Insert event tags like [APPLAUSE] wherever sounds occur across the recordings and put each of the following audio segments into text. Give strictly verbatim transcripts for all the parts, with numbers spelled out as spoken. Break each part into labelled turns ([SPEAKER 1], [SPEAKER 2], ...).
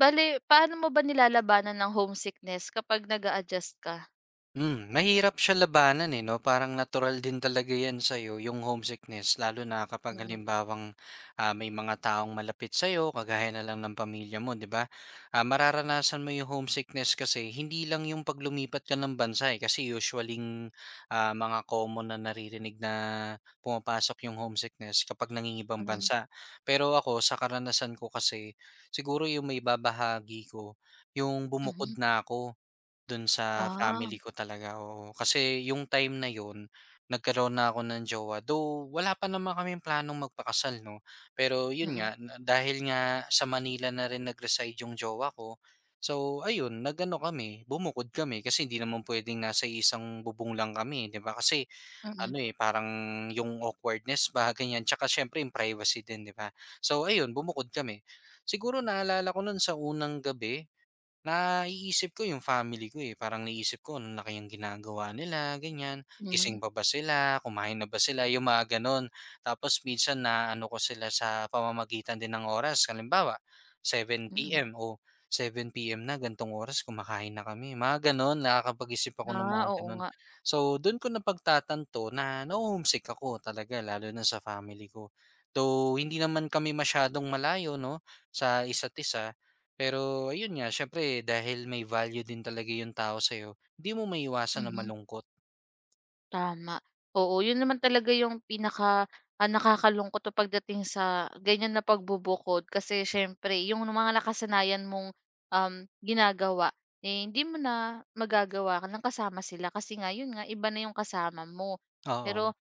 [SPEAKER 1] Bale, paano mo ba nilalabanan ang homesickness kapag nag adjust ka?
[SPEAKER 2] Hmm, mahirap siya labanan, eh, 'no, parang natural din talaga 'yan sa'yo yung homesickness lalo na kapag
[SPEAKER 1] Mm,
[SPEAKER 2] halimbawang, ah, may mga taong malapit sa'yo kagaya na lang ng pamilya mo, 'di ba? Ah, mararanasan mo yung homesickness kasi hindi lang yung 'pag lumipat ka ng bansa, eh, kasi usually ah, mga common na naririnig na pumapasok yung homesickness kapag nangingibang
[SPEAKER 1] mm,
[SPEAKER 2] bansa. Pero ako sa karanasan ko kasi, siguro yung maibabahagi ko, yung bumukod
[SPEAKER 1] mhm.
[SPEAKER 2] na ako. Dun sa
[SPEAKER 1] Ah,
[SPEAKER 2] family ko talaga, oo. Kasi yung time na yun, nagkaroon na ako ng jowa. Though wala pa naman kaming planong magpakasal 'no, pero yun
[SPEAKER 1] mm,
[SPEAKER 2] nga, na dahil nga sa Manila na rin nag-reside yung jowa ko, so ayun, nag kami, bumukod kami kasi hindi naman puwedeng nasa isang bubong lang kami, 'di ba? Kasi ano,
[SPEAKER 1] mm,
[SPEAKER 2] eh, parang yung awkwardness [LAUGHS] ba, ganyan. Tsaka siyempre yung privacy din, 'di ba? So ayun, bumukod kami. Siguro naalala ko nun sa unang gabi. Naiisip ko yung family ko, eh, parang naisip ko ano na kayang ginagawa nila ganyan,
[SPEAKER 1] mm,
[SPEAKER 2] gising pa ba sila, kumain na ba sila, yung mga gano'n. Tapos minsan na ano ko sila sa pamamagitan din ng oras, halimbawa 7
[SPEAKER 1] mm.
[SPEAKER 2] PM o seven p m na gan'tong oras kumakain na kami, mga gano'n. Nakakapag-isip ako ng
[SPEAKER 1] Ah,
[SPEAKER 2] mga
[SPEAKER 1] oo
[SPEAKER 2] gano'n.
[SPEAKER 1] nga,
[SPEAKER 2] So, do'n ko napagtatanto na naho-homesick ako talaga lalo na sa family ko. Though hindi naman kami masyadong malayo 'no, sa isa't isa. Pero ayun nga, syempre dahil may value din talaga yung tao sa'yo, 'di mo maiwasan na
[SPEAKER 1] mhm,
[SPEAKER 2] malungkot,
[SPEAKER 1] tama. Oo, yun naman talaga yung pinaka, ah, nakakalungkot o pagdating sa ganyan na pagbubukod kasi siyempre yung mga nakasanayan mong, um, ginagawa, eh, hindi mo na magagawa ka ng kasama sila kasi nga yun nga iba na yung kasama mo.
[SPEAKER 2] oo.
[SPEAKER 1] Pero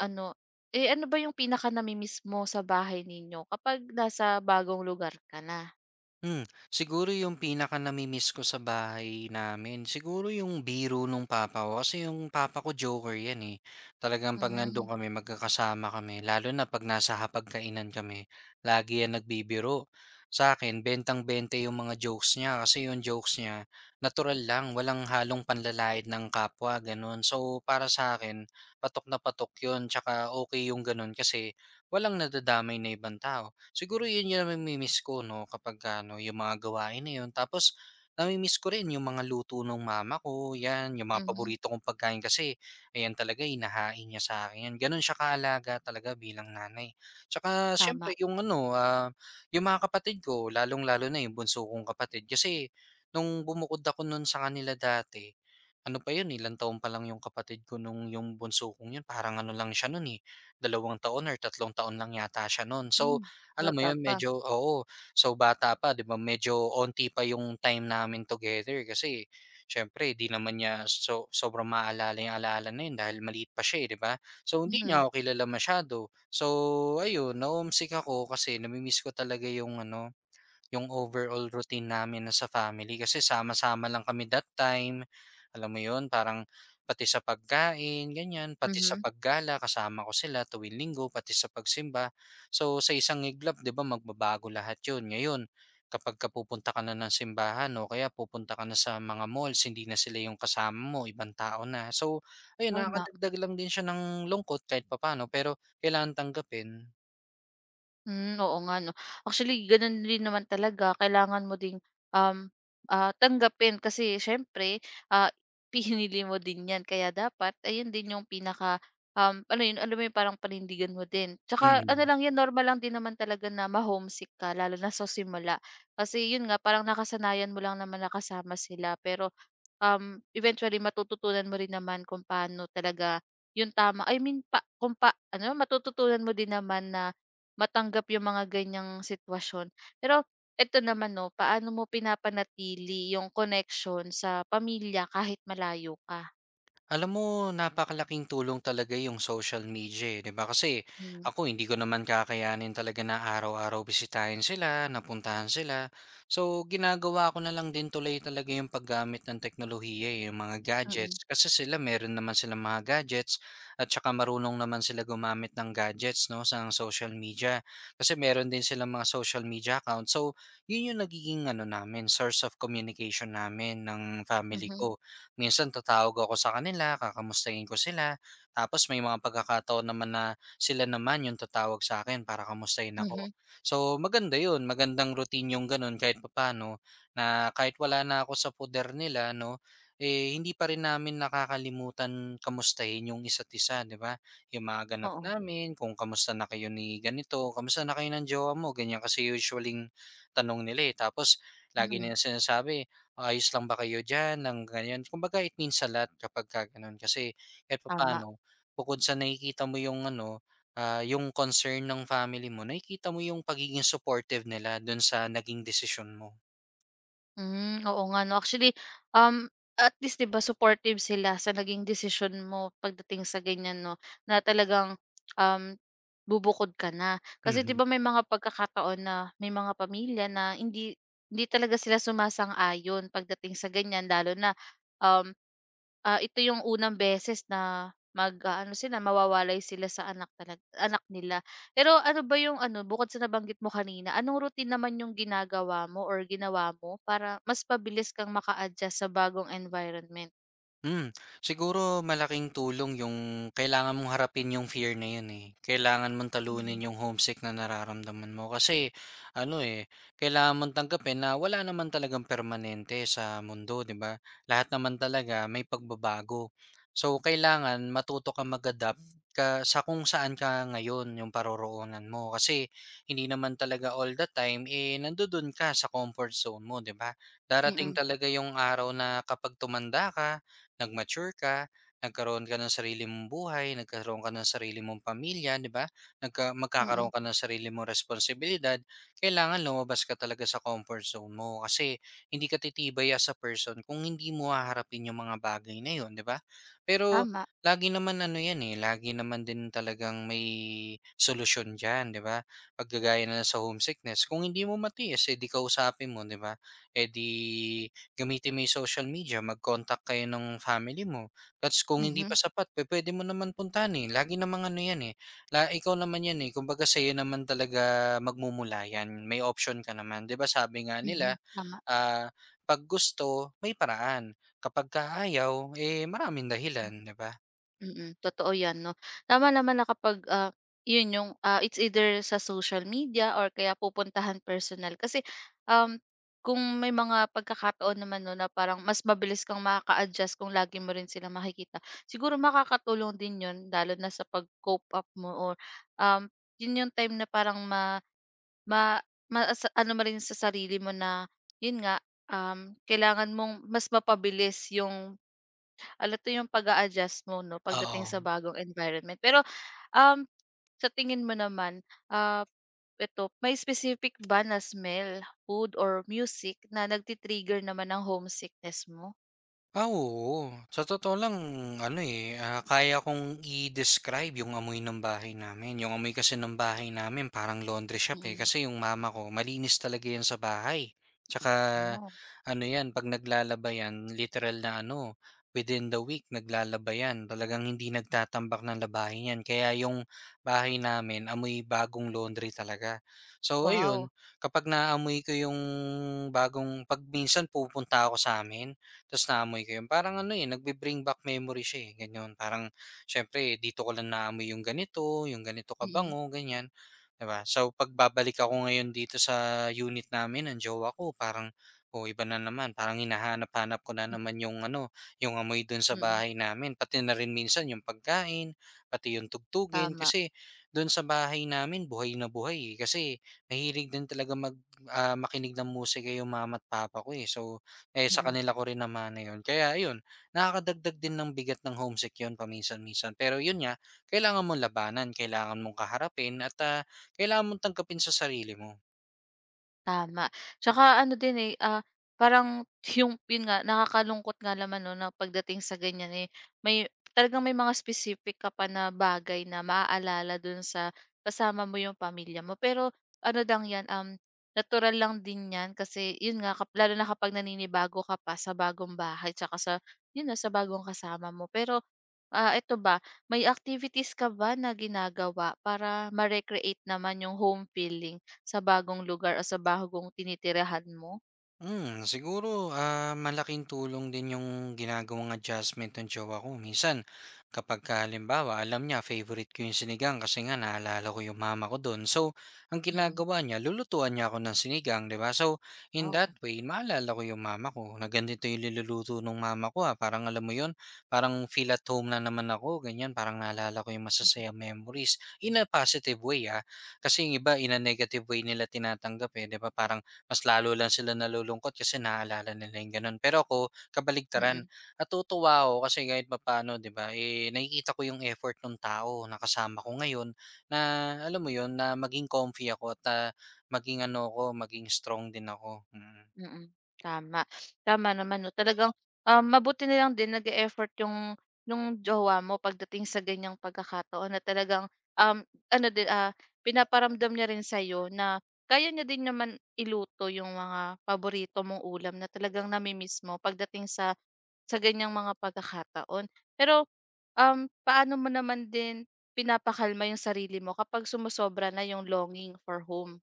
[SPEAKER 1] ano, eh, ano ba yung pinaka-namimiss mo sa bahay ninyo kapag nasa bagong lugar ka na?
[SPEAKER 2] Hmm, siguro yung pinakanami-miss ko sa bahay namin, siguro yung biro nung papa ko kasi yung papa ko joker yan, eh. Talagang 'pag
[SPEAKER 1] Hmm,
[SPEAKER 2] nandun kami magkakasama kami lalo na 'pag nasa hapagkainan kami, lagi yan nagbibiro sa akin. Bentang-bente yung mga jokes niya kasi yung jokes niya natural lang, walang halong panlalait ng kapwa gano'n. So, para sa akin patok na patok yun 'tsaka okay yung gano'n kasi walang nadadamay na ibang tao. Siguro 'yun 'yung nami-miss ko 'no. Kapag ano 'yung mga gawain na 'yun. Tapos nami-miss ko rin 'yung mga luto ng mama ko, 'yan 'yung mga
[SPEAKER 1] mhm,
[SPEAKER 2] paborito kong pagkain kasi ayan talaga inahain niya sa'kin 'yan. Gano'n siya kaalaga talaga bilang nanay. Tsaka siyempre
[SPEAKER 1] tama.
[SPEAKER 2] 'yung ano, ah, 'yung mga kapatid ko, lalong-lalo na 'yung bunso kong kapatid kasi nung bumukod ako nun sa kanila dati, ano pa 'yun, eh, ilang taon pa lang 'yung kapatid ko nung 'yung bunso kong 'yun, parang ano lang siya nun, eh, dalawang taon or tatlong taon lang yata siya nun.
[SPEAKER 1] Hmm,
[SPEAKER 2] So alam mo
[SPEAKER 1] bata
[SPEAKER 2] yun
[SPEAKER 1] pa.
[SPEAKER 2] medyo oo. So bata pa 'di ba medyo onti pa yung time namin together kasi siyempre di naman niya so sobrang maalala yung alaala na yun dahil maliit pa siya eh, 'di ba? So hindi
[SPEAKER 1] Mhm,
[SPEAKER 2] niya ako kilala masyado. So ayun, na-homesick ako kasi nami-miss ko talaga yung ano, yung overall routine namin na sa family kasi sama-sama lang kami that time, alam mo yun? Parang pati sa pagkain ganyan, pati sa
[SPEAKER 1] mhm,
[SPEAKER 2] paggala kasama ko sila tuwing Linggo, pati sa pagsimba. So sa isang iglap 'di ba magbabago lahat yun. Ngayon, kapagka pupunta ka na ng simbahan o kaya pupunta ka na sa mga malls, hindi na sila yung kasama mo, ibang tao na. So ayun,
[SPEAKER 1] tama.
[SPEAKER 2] nakakadagdag lang din siya ng lungkot kahit papano pero kailangan tanggapin.
[SPEAKER 1] Hmm, oo nga 'no. Actually, gano'n din naman talaga kailangan mo ding, um, ah, tanggapin kasi siyempre, ah, [LAUGHS] pinili mo din 'yan kaya dapat ayun din yung pinaka, um, ano yun, alam mo yung parang panindigan mo din. Tsaka ano
[SPEAKER 2] Mm.
[SPEAKER 1] lang 'yan, normal lang din naman talaga na ma-homesick ka lalo na sa simula. Kasi yun nga, parang nakasanayan mo lang naman nakasama sila pero um, eventually matututunan mo rin naman kung paano talaga yung tama, I mean pa kung pa ano, matututunan mo din naman na matanggap yung mga ganiyang sitwasyon. Pero eto naman 'no, paano mo pinapanatili yung connection sa pamilya kahit malayo ka?
[SPEAKER 2] Alam mo, napakalaking tulong talaga yung social media, eh, 'di ba? Kasi
[SPEAKER 1] Hmm,
[SPEAKER 2] ako hindi ko naman kakayanin talaga na araw-araw bisitahin sila, napuntahan sila. So, ginagawa ko na lang din tuloy talaga yung paggamit ng teknolohiya, eh, yung mga
[SPEAKER 1] mm.
[SPEAKER 2] gadgets. Kasi sila, meron naman silang mga gadgets at saka marunong naman sila gumamit ng gadgets, no, sa social media. Kasi meron din silang mga social media account. So, yun yung nagiging ano namin, source of communication namin ng family
[SPEAKER 1] Mhm,
[SPEAKER 2] ko. Minsan tatawag ako sa kanila, kakamustahin ko sila, tapos may mga pagkakataon naman na sila naman yung tatawag sa akin para kamustahin ako.
[SPEAKER 1] mhm.
[SPEAKER 2] So, maganda yun, magandang routine yung gano'n kahit papaano na kahit wala na ako sa poder nila 'no, eh, hindi pa rin namin nakakalimutan kamustahin yung isa't isa, 'di ba? Yung mga ganap
[SPEAKER 1] Oo,
[SPEAKER 2] namin, kung kamusta na kayo ni ganito, kamusta na kayo ng jowa mo, ganyan kasi usually tanong nila, eh. Tapos lagi
[SPEAKER 1] mm,
[SPEAKER 2] nila sinasabi, ayos lang ba kayo diyan ng ganyan. Kumbaga it means a lot kapagka gano'n kasi kahit pa
[SPEAKER 1] tama.
[SPEAKER 2] paano? Bukod sa nakikita mo yung ano, ah, yung concern ng family mo nakikita mo yung pagiging supportive nila dun sa naging desisyon mo.
[SPEAKER 1] Hmm, oo nga 'no. Actually, um, at least 'di ba supportive sila sa naging desisyon mo pagdating sa ganyan 'no, na talagang, um, bubukod ka na. Kasi 'di
[SPEAKER 2] Mhm.
[SPEAKER 1] ba may mga pagkakataon na may mga pamilya na hindi hindi talaga sila sumasang-ayon pagdating sa ganyan lalo na, um, ah, ito yung unang beses na mag-aano sila, mawawalay sila sa anak, talag anak nila. Pero ano ba yung ano, bukod sa nabanggit mo kanina, anong routine naman yung ginagawa mo or ginawa mo para mas pabilis kang maka-adjust sa bagong environment?
[SPEAKER 2] Hmm, siguro malaking tulong yung kailangan mong harapin yung fear na yun, eh. Kailangan mong talunin
[SPEAKER 1] Mm,
[SPEAKER 2] yung homesick na nararamdaman mo kasi ano, eh, kailangan mong tanggapin na wala naman talagang permanente sa mundo, 'di ba? Lahat naman talaga may pagbabago. So kailangan matuto ka mag-adapt ka sa kung saan ka ngayon yung paroroonan mo kasi hindi naman talaga all the time eh nandoon ka sa comfort zone mo, 'di ba? Darating
[SPEAKER 1] mm,
[SPEAKER 2] talaga yung araw na kapag tumanda ka, nag-mature ka, nagkaroon ka ng sarili mong buhay, nagkaroon ka ng sarili mong pamilya, 'di ba? Nagka magkakaroon
[SPEAKER 1] mm.
[SPEAKER 2] ka ng sarili mong responsibilidad, kailangan lumabas ka talaga sa comfort zone mo kasi hindi ka titibay as a person kung hindi mo haharapin yung mga bagay na 'yon, 'di ba? Pero
[SPEAKER 1] Tama.
[SPEAKER 2] lagi naman ano 'yan, eh, lagi naman din talagang may solusyon diyan, 'di ba? Pag kagaya na lang sa homesickness, kung hindi mo matiis, eh, 'di kausapin mo, 'di ba? Eh, 'di gamitin mo yung social media, mag-contact kayo ng family mo. That's kung hindi pa
[SPEAKER 1] Mhm,
[SPEAKER 2] sapat, pe, pwede mo naman puntahan, eh, lagi namang ano 'yan, eh, la ikaw naman 'yan, eh, kumbaga sa'yo naman talaga magmumula 'yan, may option ka naman. 'Di ba sabi nga nila,
[SPEAKER 1] mhm, tama.
[SPEAKER 2] ah, 'pag gusto, may paraan, kapagka ayaw, eh, maraming dahilan, 'di ba?
[SPEAKER 1] Mm, totoo 'yan 'no. Tama naman na kapag, ah, 'yun yung, ah, it's either sa social media or kaya pupuntahan personal. Kasi, um, kung may mga pagkakataon naman 'no na parang mas mabilis kang makaka-adjust kung lagi mo rin sila makikita. Siguro makakatulong din 'yun lalo na sa pag-cope up mo or, um, 'yun yung time na parang ma ma maasa ano mo rin sa sarili mo na 'yun nga, um, kailangan mong mas mapabilis yung Ala, 'to yung pag-a-adjust mo 'no, pagdating sa
[SPEAKER 2] Oo.
[SPEAKER 1] bagong environment. Pero, um, sa tingin mo naman, ah, eto, may specific ba na smell, food, or music na nagtitrigger naman ng homesickness mo?
[SPEAKER 2] Ah, oo. Sa totoo lang ano, eh, ah, kaya kong i-describe yung amoy ng bahay namin. Yung amoy kasi ng bahay namin parang laundry shop, eh,
[SPEAKER 1] Mm.
[SPEAKER 2] kasi yung mama ko malinis talaga 'yan sa bahay. Tsaka
[SPEAKER 1] Oh,
[SPEAKER 2] ano 'yan, 'pag naglalaba 'yan literal na ano, within the week naglalaba 'yan. Talagang hindi nagtatambak ng labahin 'yan. Kaya yung bahay namin amoy bagong laundry talaga. So ayun,
[SPEAKER 1] wow.
[SPEAKER 2] kapag naamoy ko yung bagong 'pag minsan pupunta ako sa amin tapos naamoy ko 'yun, parang ano, eh, nagbi-bring back memory siya, eh, gano'n. Parang siyempre dito ko lang naamoy yung ganito, yung ganito
[SPEAKER 1] Mm,
[SPEAKER 2] kabango, ganiyan, 'di ba? So, pagbabalik ako ngayon dito sa unit namin ng jowa ko parang, o iba na naman, parang hinahanap-hanap ko na naman yung ano, yung amoy do'n sa
[SPEAKER 1] mm.
[SPEAKER 2] bahay namin, pati na rin minsan yung pagkain, pati yung tugtugin.
[SPEAKER 1] Tama,
[SPEAKER 2] Kasi do'n sa bahay namin buhay na buhay, eh, kasi mahilig din talaga mag ah, makinig ng musika yung mama at papa ko, eh. So eh, sa
[SPEAKER 1] mm.
[SPEAKER 2] kanila ko rin namana 'yun. Kaya ayun, nakakadagdag din ng bigat ng homesick 'yun paminsan-minsan. Pero 'yun nga, kailangan mong labanan, kailangan mong kaharapin at, ah, kailangan mong tangkapin sa sarili mo.
[SPEAKER 1] Tama. Tsaka ano din, eh, ah, parang yung yun nga, nakakalungkot nga naman 'no na pagdating sa ganyan, eh, may talagang may mga specific ka pa na bagay na maaalala dun sa kasama mo yung pamilya mo. Pero ano lang yan, um, natural lang din yan kasi yun nga, kap lalo na kapag naninibago ka pa sa bagong bahay tsaka sa yun na, sa bagong kasama mo. Pero, ah, ito ba, may activities ka ba na ginagawa para ma-recreate naman yung home feeling? Sa bagong lugar o sa bagong tinitirahan mo?
[SPEAKER 2] Hmm, siguro, ah, malaking tulong din yung ginagawang adjustment ng jowa ko. Minsan, kapag ka, halimbawa, alam niya favorite ko yung sinigang kasi nga naalala ko yung mama ko doon. So, ang
[SPEAKER 1] Mm.
[SPEAKER 2] ginagawa niya, lulutuan niya ako ng sinigang, di ba? So, in that
[SPEAKER 1] Wow.
[SPEAKER 2] way, maalala ko yung mama ko na ganito yung niluluto ng mama ko. Ah. Parang alam mo yun, parang feel at home na naman ako, ganyan. Parang naalala ko yung masasaya memories in a positive way. Ah. Kasi yung iba, in a negative way nila tinatanggap eh, di ba? Parang mas lalo lang sila nalulungkot kasi naalala nila yung gano'n. Pero ako, kabaligtaran,
[SPEAKER 1] Mm,
[SPEAKER 2] natutuwa ako kasi kahit papaano, 'di ba, eh, nakikita ko yung effort nung tao na kasama ko ngayon na, alam mo 'yun, na maging comfy ako at, ah, maging ano ko maging strong din ako, mm.
[SPEAKER 1] mm, tama. Tama naman 'no, talagang, um, mabuti na lang din nag effort yung nung jowa mo pagdating sa ganyang pagkakataon na talagang, um, ano din, ah, pinaparamdam niya rin sa'yo na kaya niya din naman iluto yung mga paborito mong ulam na talagang nami-miss mo pagdating sa sa ganyang mga pagkakataon. Pero, um, paano mo naman din pinapakalma yung sarili mo kapag sumosobra na yung longing for home?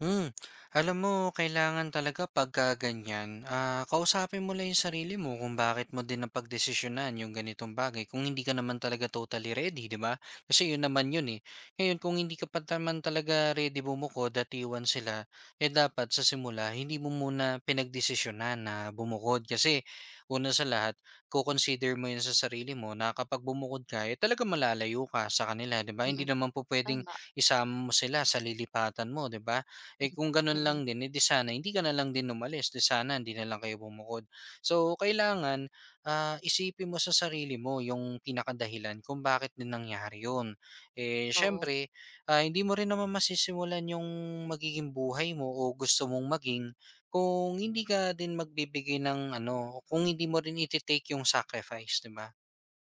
[SPEAKER 2] Hmm, alam mo kailangan talaga pagka ganyan, ah, kausapin mo lang yung sarili mo kung bakit mo din napagdesisyonan yung ganitong bagay kung hindi ka naman talaga totally ready, 'di ba? Kasi yun naman yun, eh. Ngayon kung hindi ka pa naman talaga ready bumukod at iwan sila, eh, dapat sa simula hindi mo muna pinagdesisyonan na bumukod kasi una sa lahat ko-consider mo yun sa sarili mo na kapag bumukod ka, eh, talagang malalayo ka sa kanila, 'di ba? Hindi
[SPEAKER 1] Mm,
[SPEAKER 2] naman pupuwedeng
[SPEAKER 1] tama.
[SPEAKER 2] isama mo sila sa lilipatan mo, 'di ba? Eh,
[SPEAKER 1] [LAUGHS]
[SPEAKER 2] kung gano'n
[SPEAKER 1] Mm, mm.
[SPEAKER 2] lang din, eh, 'di sana hindi ka na lang din umalis, 'di sana hindi na lang kayo bumukod. So, kailangan, ah, isipin mo sa sarili mo yung pinakadahilan kung bakit din nangyari 'yun. Eh,
[SPEAKER 1] Oo.
[SPEAKER 2] siyempre, ah, hindi mo rin naman masisimulan yung magiging buhay mo o gusto mong maging kung hindi ka din magbibigay ng ano, kung hindi mo rin ite-take yung sacrifice, 'di ba?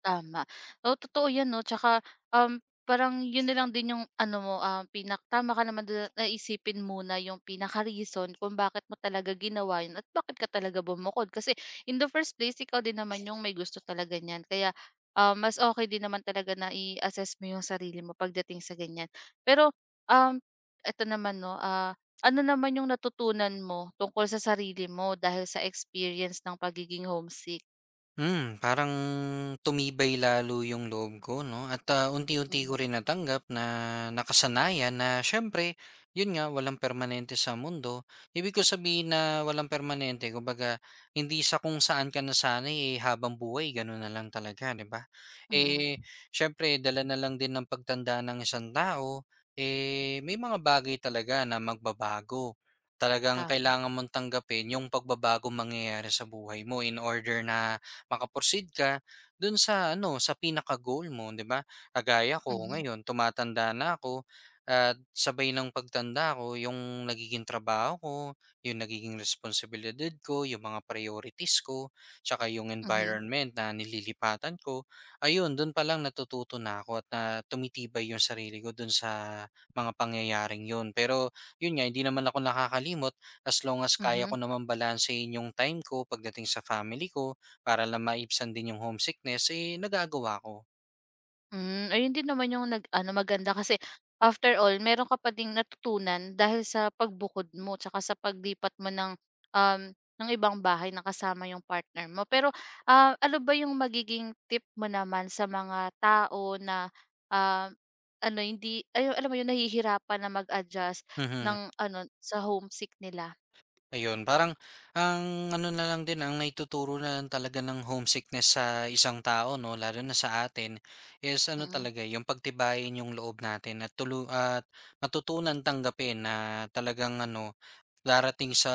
[SPEAKER 1] Tama. Oo, totoo 'yan 'no, tsaka, um, parang yun na lang din yung ano mo, um pinak tama ka naman dun na muna yung pinaka-reason kung bakit mo talaga ginawa yun at bakit ka talaga bumukod. Kasi in the first place, ikaw din naman yung may gusto talaga niyan kaya, um mas okay din naman talaga na i-assess mo yung sarili mo pagdating sa ganyan. Pero, um, eto naman 'no, ah, ano naman yung natutunan mo tungkol sa sarili mo dahil sa experience ng pagiging homesick?
[SPEAKER 2] Hmm, parang tumibay lalo yung loob ko 'no at, ah, unti-unti ko
[SPEAKER 1] Mm,
[SPEAKER 2] rin natanggap na nakasanayan na siyempre yun nga walang permanente sa mundo. Ibig ko sabihin na walang permanente kumbaga hindi sa kung saan ka nasanay, eh, habang buhay gano'n na lang talaga 'di ba?
[SPEAKER 1] mm,
[SPEAKER 2] Eh, siyempre dala na lang din ng pagtanda ng isang tao, eh, may mga bagay talaga na magbabago. Talagang
[SPEAKER 1] tama.
[SPEAKER 2] kailangan mong tanggapin yung pagbabagong mangyayari sa buhay mo in order na maka-proceed ka do'n sa ano, sa pinaka-goal mo, 'di ba? Kagaya ko
[SPEAKER 1] Mhm.
[SPEAKER 2] ngayon tumatanda na ako at sabay ng pagtanda ko yung nagiging trabaho ko, yung nagiging responsibilidad ko, yung mga priorities ko, tsaka yung
[SPEAKER 1] Mhm,
[SPEAKER 2] environment na nililipatan ko. Ayun, do'n pa lang natututo na ako at na tumitibay yung sarili ko do'n sa mga pangyayaring yun. Pero yun nga, hindi naman ako nakakalimot as long as kaya ko
[SPEAKER 1] mhm.
[SPEAKER 2] naman balansehin yung time ko pagdating sa family ko para lang maibsan din yung homesickness, eh, nagagawa ko.
[SPEAKER 1] Hmm, ayun din naman yung nag-ano maganda kasi after all meron ka pa ding natutunan dahil sa pagbukod mo tsaka sa paglipat mo ng, um, ng ibang bahay na kasama yung partner mo. Pero, ah, ano ba yung magiging tip mo naman sa mga tao na, ah, ano hindi ayo alam mo yun nahihirapan na mag-adjust
[SPEAKER 2] Mhm.
[SPEAKER 1] ng ano, sa homesick nila?
[SPEAKER 2] Ayun, parang ang ano na lang din, ang naituturo na lang talaga ng homesickness sa isang tao 'no, lalo na sa atin, is ano
[SPEAKER 1] Mm,
[SPEAKER 2] talaga yung pagtibayin yung loob natin at tulu at matutunan tanggapin na talagang ano, darating sa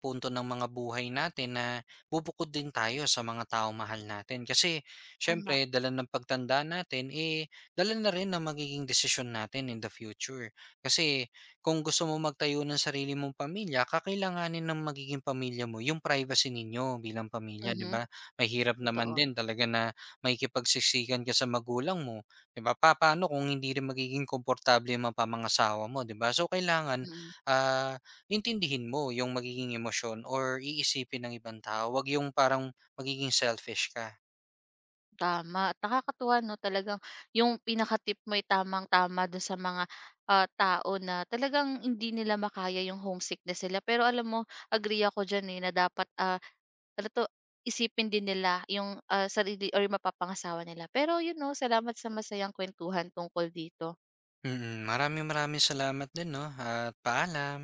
[SPEAKER 2] punto ng mga buhay natin na bubukod din tayo sa mga tao mahal natin. Kasi
[SPEAKER 1] tama.
[SPEAKER 2] siyempre dala ng pagtanda natin, eh, dala na rin ng magiging desisyon natin in the future. Kasi kung gusto mo magtayo ng sarili mong pamilya, kakailanganin ng magiging pamilya mo yung privacy ninyo bilang pamilya, 'di
[SPEAKER 1] Mhm,
[SPEAKER 2] ba? Mahirap naman
[SPEAKER 1] totoo,
[SPEAKER 2] din talaga na makikipagsiksikan ka sa magulang mo, 'di ba? Pa paano kung hindi rin magiging komportable yung mga pamangasawa mo, 'di ba? So kailangan
[SPEAKER 1] mm.
[SPEAKER 2] ah, intindihin mo yung magiging emosyon or iisipin ng ibang tao, 'wag yung parang magiging selfish ka.
[SPEAKER 1] Tama at nakakatuwa 'no, talagang yung pinaka-tip mo'y tamang-tama do'n sa mga, ah, tao na talagang hindi nila makaya yung homesickness nila. Pero alam mo, agree ako diyan, eh, na dapat, ah, ano 'to, isipin din nila yung, ah, sarili or yung mapapangasawa nila. Pero yun 'no, salamat sa masayang kuwentuhan tungkol dito.
[SPEAKER 2] Mm, mm. Maraming maraming salamat din 'no, at paalam.